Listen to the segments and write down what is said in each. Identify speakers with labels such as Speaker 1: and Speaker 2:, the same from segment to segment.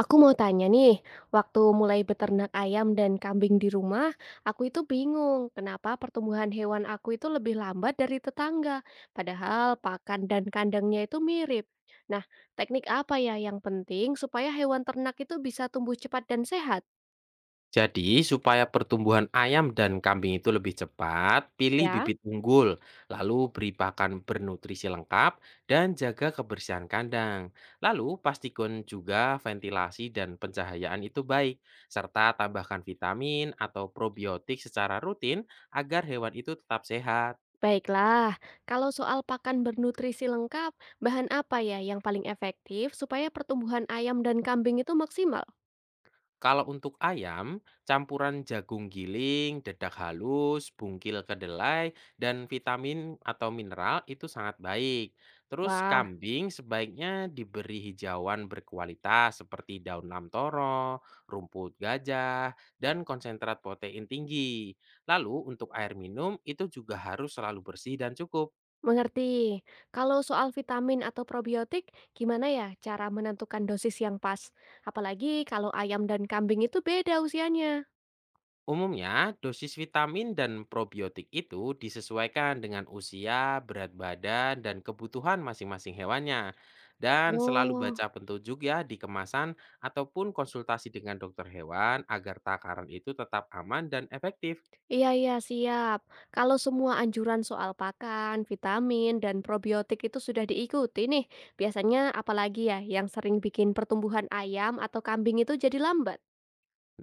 Speaker 1: Aku mau tanya nih, waktu mulai beternak ayam dan kambing di rumah, aku itu bingung kenapa pertumbuhan hewan aku itu lebih lambat dari tetangga, padahal pakan dan kandangnya itu mirip. Nah, teknik apa ya yang penting supaya hewan ternak itu bisa tumbuh cepat dan sehat?
Speaker 2: Jadi, supaya pertumbuhan ayam dan kambing itu lebih cepat, pilih
Speaker 1: Ya,
Speaker 2: bibit unggul, lalu beri pakan bernutrisi lengkap, dan jaga kebersihan kandang. Lalu, pastikan juga ventilasi dan pencahayaan itu baik, serta tambahkan vitamin atau probiotik secara rutin agar hewan itu tetap sehat.
Speaker 1: baiklah. Kalau soal pakan bernutrisi lengkap, bahan apa ya yang paling efektif supaya pertumbuhan ayam dan kambing itu maksimal?
Speaker 2: Kalau untuk ayam, campuran jagung giling, dedak halus, bungkil kedelai, dan vitamin atau mineral itu sangat baik. Terus
Speaker 1: Wah,
Speaker 2: kambing sebaiknya diberi hijauan berkualitas seperti daun lamtoro, rumput gajah, dan konsentrat protein tinggi. Lalu untuk air minum itu juga harus selalu bersih dan cukup.
Speaker 1: mengerti. Kalau soal vitamin atau probiotik, gimana ya cara menentukan dosis yang pas? Apalagi kalau ayam dan kambing itu beda usianya.
Speaker 2: Umumnya, dosis vitamin dan probiotik itu disesuaikan dengan usia, berat badan, dan kebutuhan masing-masing hewannya. Dan selalu
Speaker 1: Oh,
Speaker 2: baca petunjuk ya di kemasan ataupun konsultasi dengan dokter hewan agar takaran itu tetap aman dan efektif.
Speaker 1: iya, iya, siap. Kalau semua anjuran soal pakan, vitamin, dan probiotik itu sudah diikuti nih, biasanya apalagi ya yang sering bikin pertumbuhan ayam atau kambing itu jadi lambat?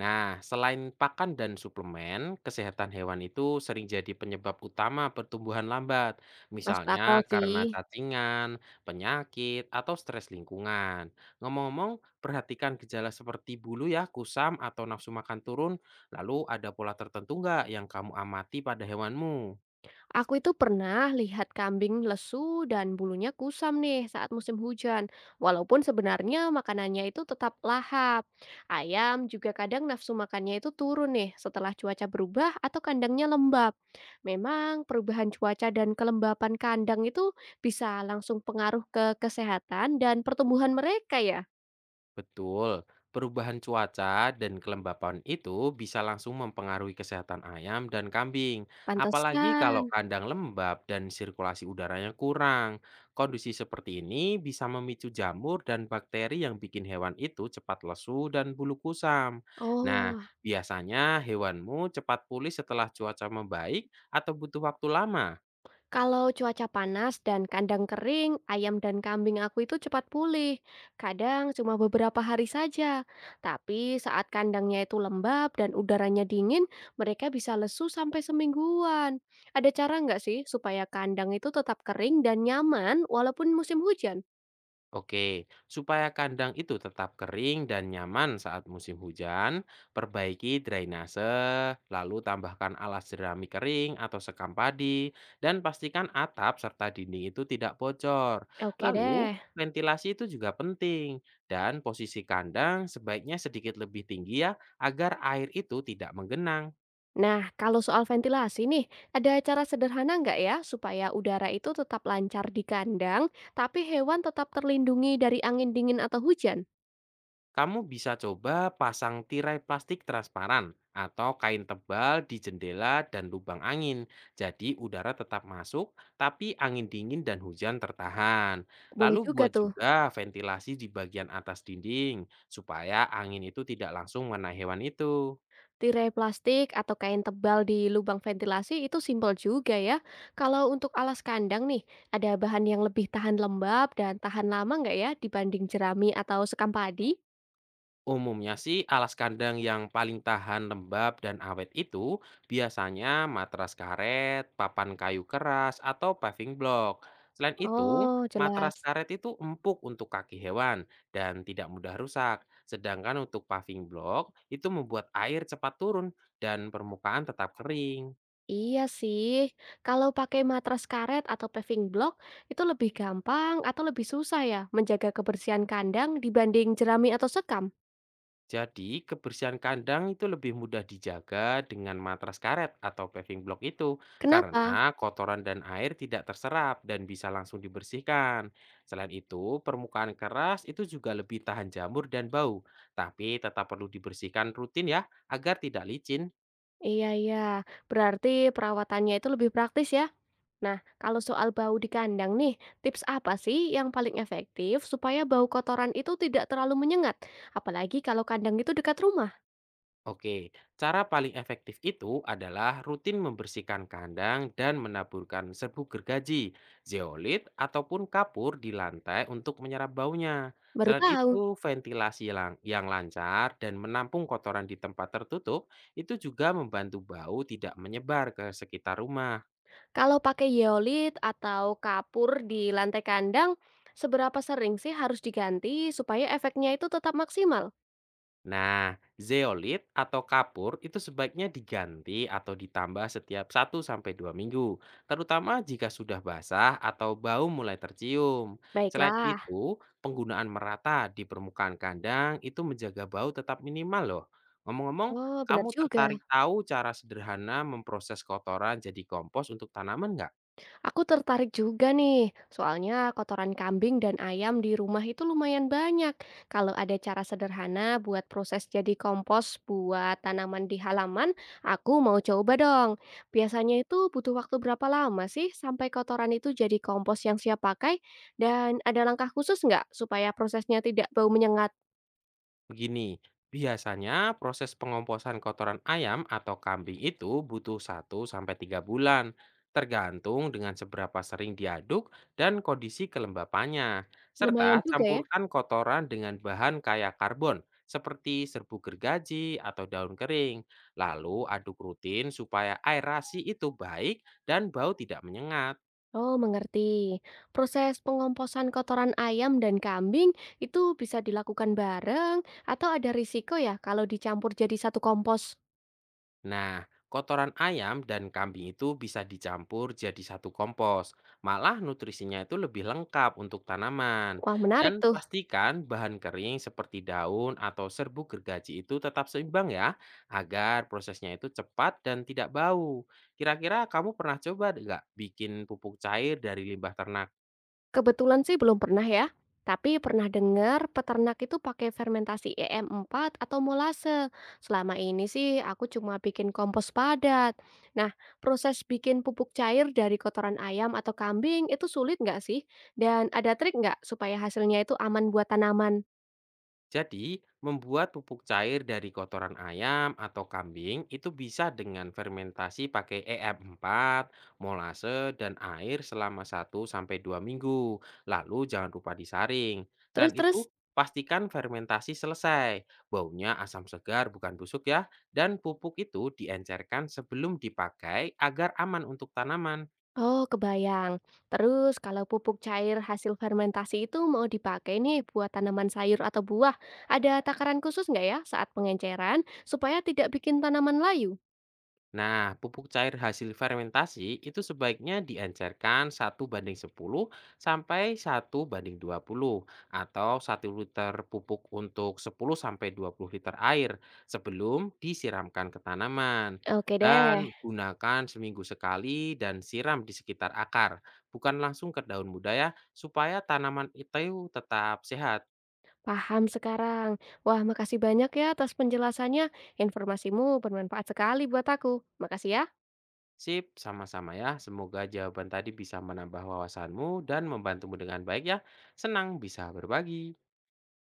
Speaker 2: Nah, selain pakan dan suplemen, kesehatan hewan itu sering jadi penyebab utama pertumbuhan lambat.
Speaker 1: Masuk
Speaker 2: Misalnya
Speaker 1: akal sih.
Speaker 2: karena cacingan, penyakit, atau stres lingkungan. Ngomong-ngomong, perhatikan gejala seperti bulu ya, kusam, atau nafsu makan turun. Lalu ada pola tertentu nggak yang kamu amati pada hewanmu?
Speaker 1: Aku itu pernah lihat kambing lesu dan bulunya kusam nih saat musim hujan, walaupun sebenarnya makanannya itu tetap lahap. Ayam juga kadang nafsu makannya itu turun nih setelah cuaca berubah atau kandangnya lembab. Memang perubahan cuaca dan kelembapan kandang itu bisa langsung pengaruh ke kesehatan dan pertumbuhan mereka ya.
Speaker 2: Betul, perubahan cuaca dan kelembapan itu bisa langsung mempengaruhi kesehatan ayam dan kambing. Apalagi
Speaker 1: Pantesan.
Speaker 2: kalau kandang lembab dan sirkulasi udaranya kurang. Kondisi seperti ini bisa memicu jamur dan bakteri yang bikin hewan itu cepat lesu dan bulu kusam. Nah,
Speaker 1: Oh.
Speaker 2: biasanya hewanmu cepat pulih setelah cuaca membaik atau butuh waktu lama.
Speaker 1: Kalau cuaca panas dan kandang kering, ayam dan kambing aku itu cepat pulih. Kadang cuma beberapa hari saja. Tapi saat kandangnya itu lembab dan udaranya dingin, mereka bisa lesu sampai semingguan. Ada cara nggak sih supaya kandang itu tetap kering dan nyaman walaupun musim hujan?
Speaker 2: Oke, supaya kandang itu tetap kering dan nyaman saat musim hujan, perbaiki drainase, lalu tambahkan alas jerami kering atau sekam padi, dan pastikan atap serta dinding itu tidak bocor.
Speaker 1: Oke
Speaker 2: Lalu,
Speaker 1: deh.
Speaker 2: ventilasi itu juga penting, dan posisi kandang sebaiknya sedikit lebih tinggi ya, agar air itu tidak menggenang.
Speaker 1: Nah, kalau soal ventilasi nih, ada cara sederhana nggak ya supaya udara itu tetap lancar di kandang, tapi hewan tetap terlindungi dari angin dingin atau hujan?
Speaker 2: Kamu bisa coba pasang tirai plastik transparan atau kain tebal di jendela dan lubang angin. Jadi udara tetap masuk, tapi angin dingin dan hujan tertahan.
Speaker 1: Boleh
Speaker 2: Lalu
Speaker 1: juga
Speaker 2: buat
Speaker 1: tuh.
Speaker 2: juga ventilasi di bagian atas dinding, supaya angin itu tidak langsung menaik hewan itu.
Speaker 1: Tirai plastik atau kain tebal di lubang ventilasi itu simpel juga ya. Kalau untuk alas kandang nih, ada bahan yang lebih tahan lembab dan tahan lama nggak ya dibanding jerami atau sekam padi?
Speaker 2: Umumnya sih alas kandang yang paling tahan lembab dan awet itu biasanya matras karet, papan kayu keras, atau paving block. Selain itu,
Speaker 1: Oh, jelas.
Speaker 2: matras karet itu empuk untuk kaki hewan dan tidak mudah rusak. Sedangkan untuk paving block itu membuat air cepat turun dan permukaan tetap kering.
Speaker 1: Iya sih. Kalau pakai matras karet atau paving block, itu lebih gampang atau lebih susah ya menjaga kebersihan kandang dibanding jerami atau sekam?
Speaker 2: Jadi, kebersihan kandang itu lebih mudah dijaga dengan matras karet atau paving block itu
Speaker 1: Kenapa?
Speaker 2: karena kotoran dan air tidak terserap dan bisa langsung dibersihkan. Selain itu, permukaan keras itu juga lebih tahan jamur dan bau, tapi tetap perlu dibersihkan rutin ya agar tidak licin.
Speaker 1: Iya, iya. Berarti perawatannya itu lebih praktis ya. Nah, kalau soal bau di kandang nih, tips apa sih yang paling efektif supaya bau kotoran itu tidak terlalu menyengat? Apalagi kalau kandang itu dekat rumah.
Speaker 2: Oke, cara paling efektif itu adalah rutin membersihkan kandang dan menaburkan serbuk gergaji, zeolit, ataupun kapur di lantai untuk menyerap baunya.
Speaker 1: Baru
Speaker 2: Selain
Speaker 1: tahu.
Speaker 2: itu, yang lancar dan menampung kotoran di tempat tertutup itu juga membantu bau tidak menyebar ke sekitar rumah.
Speaker 1: Kalau pakai yeolit atau kapur di lantai kandang, seberapa sering sih harus diganti supaya efeknya itu tetap maksimal?
Speaker 2: Nah, zeolit atau kapur itu sebaiknya diganti atau ditambah setiap 1 sampai 2 minggu, terutama jika sudah basah atau bau mulai tercium. Selain
Speaker 1: Baiklah.
Speaker 2: itu, penggunaan merata di permukaan kandang itu menjaga bau tetap minimal loh. Ngomong-ngomong,
Speaker 1: Oh, benar
Speaker 2: kamu
Speaker 1: juga.
Speaker 2: tertarik tahu cara sederhana memproses kotoran jadi kompos untuk tanaman nggak?
Speaker 1: Aku tertarik juga nih, soalnya kotoran kambing dan ayam di rumah itu lumayan banyak. Kalau ada cara sederhana buat proses jadi kompos buat tanaman di halaman, aku mau coba dong. Biasanya itu butuh waktu berapa lama sih sampai kotoran itu jadi kompos yang siap pakai? Dan ada langkah khusus nggak supaya prosesnya tidak bau menyengat?
Speaker 2: Begini, biasanya proses pengomposan kotoran ayam atau kambing itu butuh 1 sampai 3 bulan, tergantung dengan seberapa sering diaduk dan kondisi kelembapannya,
Speaker 1: Lumayan
Speaker 2: serta
Speaker 1: juga ya.
Speaker 2: campurkan kotoran dengan bahan kaya karbon seperti serbuk gergaji atau daun kering. Lalu aduk rutin supaya aerasi itu baik dan bau tidak menyengat.
Speaker 1: Oh, mengerti. Proses pengomposan kotoran ayam dan kambing itu bisa dilakukan bareng atau ada risiko ya kalau dicampur jadi satu kompos?
Speaker 2: Nah, kotoran ayam dan kambing itu bisa dicampur jadi satu kompos. Malah nutrisinya itu lebih lengkap untuk tanaman.
Speaker 1: Wah, menarik
Speaker 2: Dan
Speaker 1: tuh.
Speaker 2: pastikan bahan kering seperti daun atau serbuk gergaji itu tetap seimbang ya, agar prosesnya itu cepat dan tidak bau. Kira-kira kamu pernah coba nggak bikin pupuk cair dari limbah ternak?
Speaker 1: Kebetulan sih belum pernah ya. Tapi pernah dengar peternak itu pakai fermentasi EM4 atau molase. Selama ini sih aku cuma bikin kompos padat. Nah, proses bikin pupuk cair dari kotoran ayam atau kambing itu sulit nggak sih? Dan ada trik nggak supaya hasilnya itu aman buat tanaman?
Speaker 2: Jadi, membuat pupuk cair dari kotoran ayam atau kambing itu bisa dengan fermentasi pakai EM4, molase, dan air selama 1 sampai 2 minggu. Lalu jangan lupa disaring. Selain itu,
Speaker 1: Terus-terus.
Speaker 2: pastikan fermentasi selesai. Baunya asam segar bukan busuk ya. Dan pupuk itu diencerkan sebelum dipakai agar aman untuk tanaman.
Speaker 1: Oh, kebayang. Terus kalau pupuk cair hasil fermentasi itu mau dipakai nih buat tanaman sayur atau buah, ada takaran khusus nggak ya saat pengenceran supaya tidak bikin tanaman layu?
Speaker 2: Nah, pupuk cair hasil fermentasi itu sebaiknya diencerkan 1 banding 10 sampai 1 banding 20 atau 1 liter pupuk untuk 10 sampai 20 liter air sebelum disiramkan ke tanaman.
Speaker 1: Oke deh,
Speaker 2: Dan gunakan seminggu sekali dan siram di sekitar akar, bukan langsung ke daun muda ya, supaya tanaman itu tetap sehat.
Speaker 1: paham sekarang. Wah, makasih banyak ya atas penjelasannya. Informasimu bermanfaat sekali buat aku. Makasih ya.
Speaker 2: Sip, sama-sama ya. Semoga jawaban tadi bisa menambah wawasanmu dan membantumu dengan baik ya. Senang bisa berbagi.